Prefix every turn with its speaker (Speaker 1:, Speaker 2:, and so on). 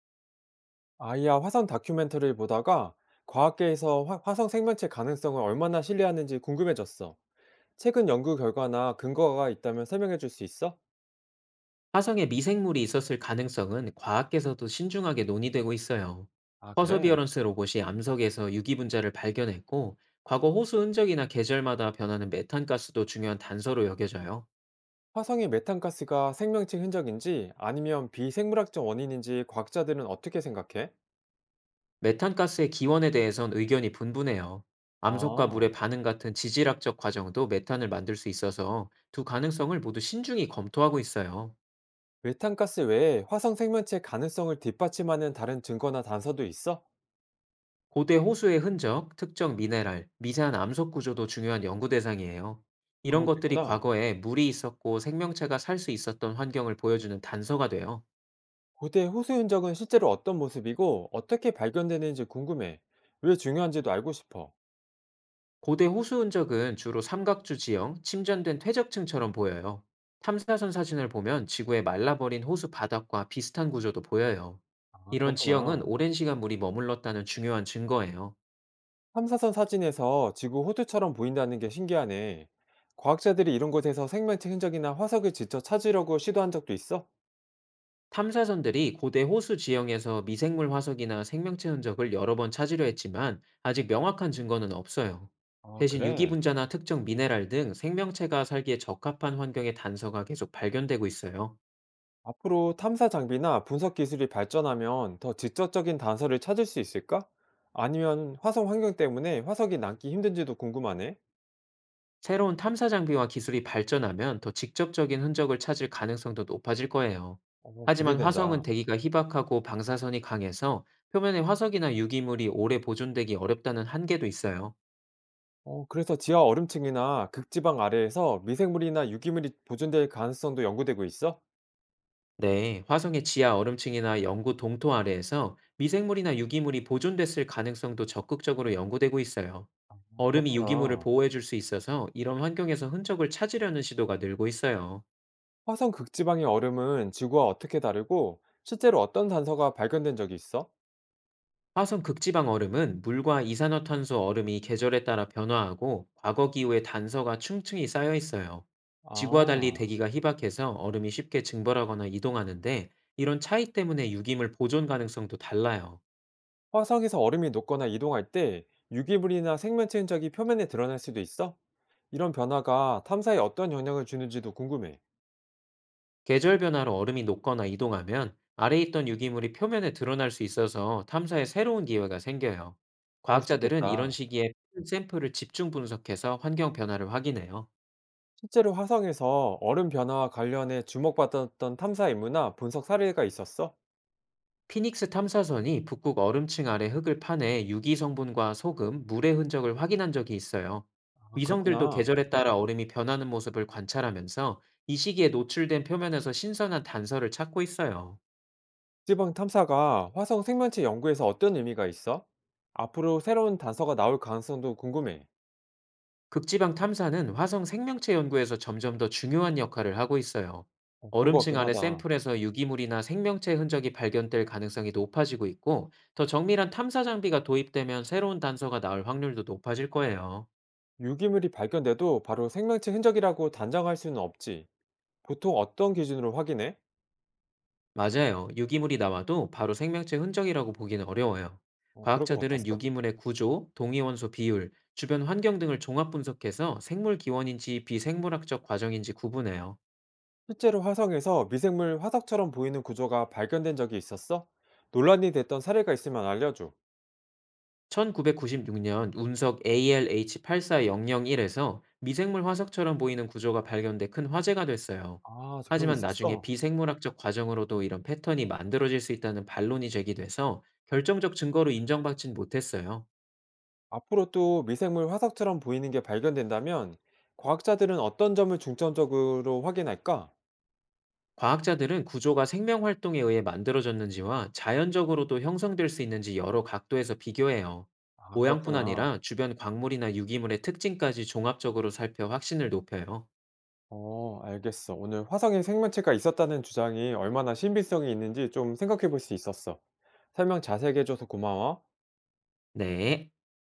Speaker 1: 아이와 화성 다큐멘터리를 보다가 과학계에서 화성 생명체 가능성을 얼마나 신뢰하는지 궁금해졌어. 최근 연구 결과나 근거가 있다면 설명해 줄 수 있어?
Speaker 2: 화성에 미생물이 있었을 가능성은 과학계에서도 신중하게 논의되고 있어요.
Speaker 1: 아, 그래?
Speaker 2: 퍼서비어런스 로봇이 암석에서 유기분자를 발견했고, 과거 호수 흔적이나 계절마다 변하는 메탄가스도 중요한 단서로 여겨져요.
Speaker 1: 화성의 메탄가스가 생명체 흔적인지 아니면 비생물학적 원인인지 과학자들은 어떻게 생각해?
Speaker 2: 메탄가스의 기원에 대해선 의견이 분분해요. 암석과 물의
Speaker 1: 아,
Speaker 2: 반응 같은 지질학적 과정도 메탄을 만들 수 있어서 두 가능성을 모두 신중히 검토하고 있어요.
Speaker 1: 메탄가스 외에 화성 생명체 가능성을 뒷받침하는 다른 증거나 단서도 있어?
Speaker 2: 고대 호수의 흔적, 특정 미네랄, 미세한 암석 구조도 중요한 연구 대상이에요.
Speaker 1: 그런
Speaker 2: 이런
Speaker 1: 것도
Speaker 2: 것들이
Speaker 1: 있구나.
Speaker 2: 과거에 물이 있었고 생명체가 살 수 있었던 환경을 보여주는 단서가 돼요.
Speaker 1: 고대 호수 흔적은 실제로 어떤 모습이고 어떻게 발견되는지 궁금해. 왜 중요한지도 알고 싶어.
Speaker 2: 고대 호수 흔적은 주로 삼각주 지형, 침전된 퇴적층처럼 보여요. 탐사선 사진을 보면 지구의 말라버린 호수 바닥과 비슷한 구조도 보여요.
Speaker 1: 아
Speaker 2: 이런 지형은
Speaker 1: 그렇구나.
Speaker 2: 오랜 시간 물이 머물렀다는 중요한 증거예요.
Speaker 1: 탐사선 사진에서 지구 호두처럼 보인다는 게 신기하네. 과학자들이 이런 곳에서 생명체 흔적이나 화석을 직접 찾으려고 시도한 적도 있어?
Speaker 2: 탐사선들이 고대 호수 지형에서 미생물 화석이나 생명체 흔적을 여러 번 찾으려 했지만 아직 명확한 증거는 없어요.
Speaker 1: 아,
Speaker 2: 대신
Speaker 1: 그래?
Speaker 2: 유기분자나 특정 미네랄 등 생명체가 살기에 적합한 환경의 단서가 계속 발견되고 있어요.
Speaker 1: 앞으로 탐사 장비나 분석 기술이 발전하면 더 직접적인 단서를 찾을 수 있을까? 아니면 화성 환경 때문에 화석이 남기 힘든지도 궁금하네.
Speaker 2: 새로운 탐사 장비와 기술이 발전하면 더 직접적인 흔적을 찾을 가능성도 높아질 거예요.
Speaker 1: 어,
Speaker 2: 하지만 화성은
Speaker 1: 기대된다.
Speaker 2: 대기가 희박하고 방사선이 강해서 표면에 화석이나 유기물이 오래 보존되기 어렵다는 한계도 있어요.
Speaker 1: 어, 그래서 지하 얼음층이나 극지방 아래에서 미생물이나 유기물이 보존될 가능성도 연구되고 있어?
Speaker 2: 네, 화성의 지하 얼음층이나 영구 동토 아래에서 미생물이나 유기물이 보존됐을 가능성도 적극적으로 연구되고 있어요.
Speaker 1: 어,
Speaker 2: 얼음이 유기물을
Speaker 1: 그렇구나.
Speaker 2: 보호해줄 수 있어서 이런 환경에서 흔적을 찾으려는 시도가 늘고 있어요.
Speaker 1: 화성 극지방의 얼음은 지구와 어떻게 다르고 실제로 어떤 단서가 발견된 적이 있어?
Speaker 2: 화성 극지방 얼음은 물과 이산화탄소 얼음이 계절에 따라 변화하고 과거 기후의 단서가 층층이 쌓여 있어요. 지구와 달리
Speaker 1: 아,
Speaker 2: 대기가 희박해서 얼음이 쉽게 증발하거나 이동하는데 이런 차이 때문에 유기물 보존 가능성도 달라요.
Speaker 1: 화성에서 얼음이 녹거나 이동할 때 유기물이나 생명체 흔적이 표면에 드러날 수도 있어? 이런 변화가 탐사에 어떤 영향을 주는지도 궁금해.
Speaker 2: 계절 변화로 얼음이 녹거나 이동하면 아래에 있던 유기물이 표면에 드러날 수 있어서 탐사에 새로운 기회가 생겨요.
Speaker 1: 그럴 수
Speaker 2: 과학자들은 이런
Speaker 1: 있겠다.
Speaker 2: 시기에 샘플을 집중 분석해서 환경 변화를 확인해요.
Speaker 1: 실제로 화성에서 얼음 변화와 관련해 주목받았던 탐사 임무나 분석 사례가 있었어?
Speaker 2: 피닉스 탐사선이 북극 얼음층 아래 흙을 파내 유기 성분과 소금, 물의 흔적을 확인한 적이 있어요.
Speaker 1: 아,
Speaker 2: 위성들도
Speaker 1: 그렇구나.
Speaker 2: 계절에 따라 얼음이 변하는 모습을 관찰하면서 이 시기에 노출된 표면에서 신선한 단서를 찾고 있어요.
Speaker 1: 지방 탐사가 화성 생명체 연구에서 어떤 의미가 있어? 앞으로 새로운 단서가 나올 가능성도 궁금해.
Speaker 2: 극지방 탐사는 화성 생명체 연구에서 점점 더 중요한 역할을 하고 있어요.
Speaker 1: 어 그런 것
Speaker 2: 얼음층
Speaker 1: 같긴
Speaker 2: 안의
Speaker 1: 하다.
Speaker 2: 샘플에서 유기물이나 생명체 흔적이 발견될 가능성이 높아지고 있고, 더 정밀한 탐사 장비가 도입되면 새로운 단서가 나올 확률도 높아질 거예요.
Speaker 1: 유기물이 발견돼도 바로 생명체 흔적이라고 단정할 수는 없지. 보통 어떤 기준으로 확인해?
Speaker 2: 맞아요. 유기물이 나와도 바로 생명체 흔적이라고 보기는 어려워요.
Speaker 1: 어, 그럴 것
Speaker 2: 과학자들은
Speaker 1: 같았어.
Speaker 2: 유기물의 구조, 동위원소 비율, 주변 환경 등을 종합 분석해서 생물 기원인지 비생물학적 과정인지 구분해요.
Speaker 1: 실제로 화성에서 미생물 화석처럼 보이는 구조가 발견된 적이 있었어? 논란이 됐던 사례가 있으면 알려줘.
Speaker 2: 1996년 운석 ALH8400 1에서 미생물 화석처럼 보이는 구조가 발견돼 큰 화제가 됐어요.
Speaker 1: 아, 저 그런 게
Speaker 2: 하지만 나중에
Speaker 1: 있었어?
Speaker 2: 비생물학적 과정으로도 이런 패턴이 만들어질 수 있다는 반론이 제기돼서 결정적 증거로 인정받진 못했어요.
Speaker 1: 앞으로 또 미생물 화석처럼 보이는 게 발견된다면 과학자들은 어떤 점을 중점적으로 확인할까?
Speaker 2: 과학자들은 구조가 생명 활동에 의해 만들어졌는지와 자연적으로도 형성될 수 있는지 여러 각도에서 비교해요.
Speaker 1: 아,
Speaker 2: 모양뿐
Speaker 1: 그렇구나.
Speaker 2: 아니라 주변 광물이나 유기물의 특징까지 종합적으로 살펴 확신을 높여요.
Speaker 1: 어 알겠어. 오늘 화성에 생명체가 있었다는 주장이 얼마나 신빙성이 있는지 좀 생각해 볼 수 있었어. 설명 자세히 해줘서 고마워.
Speaker 2: 네.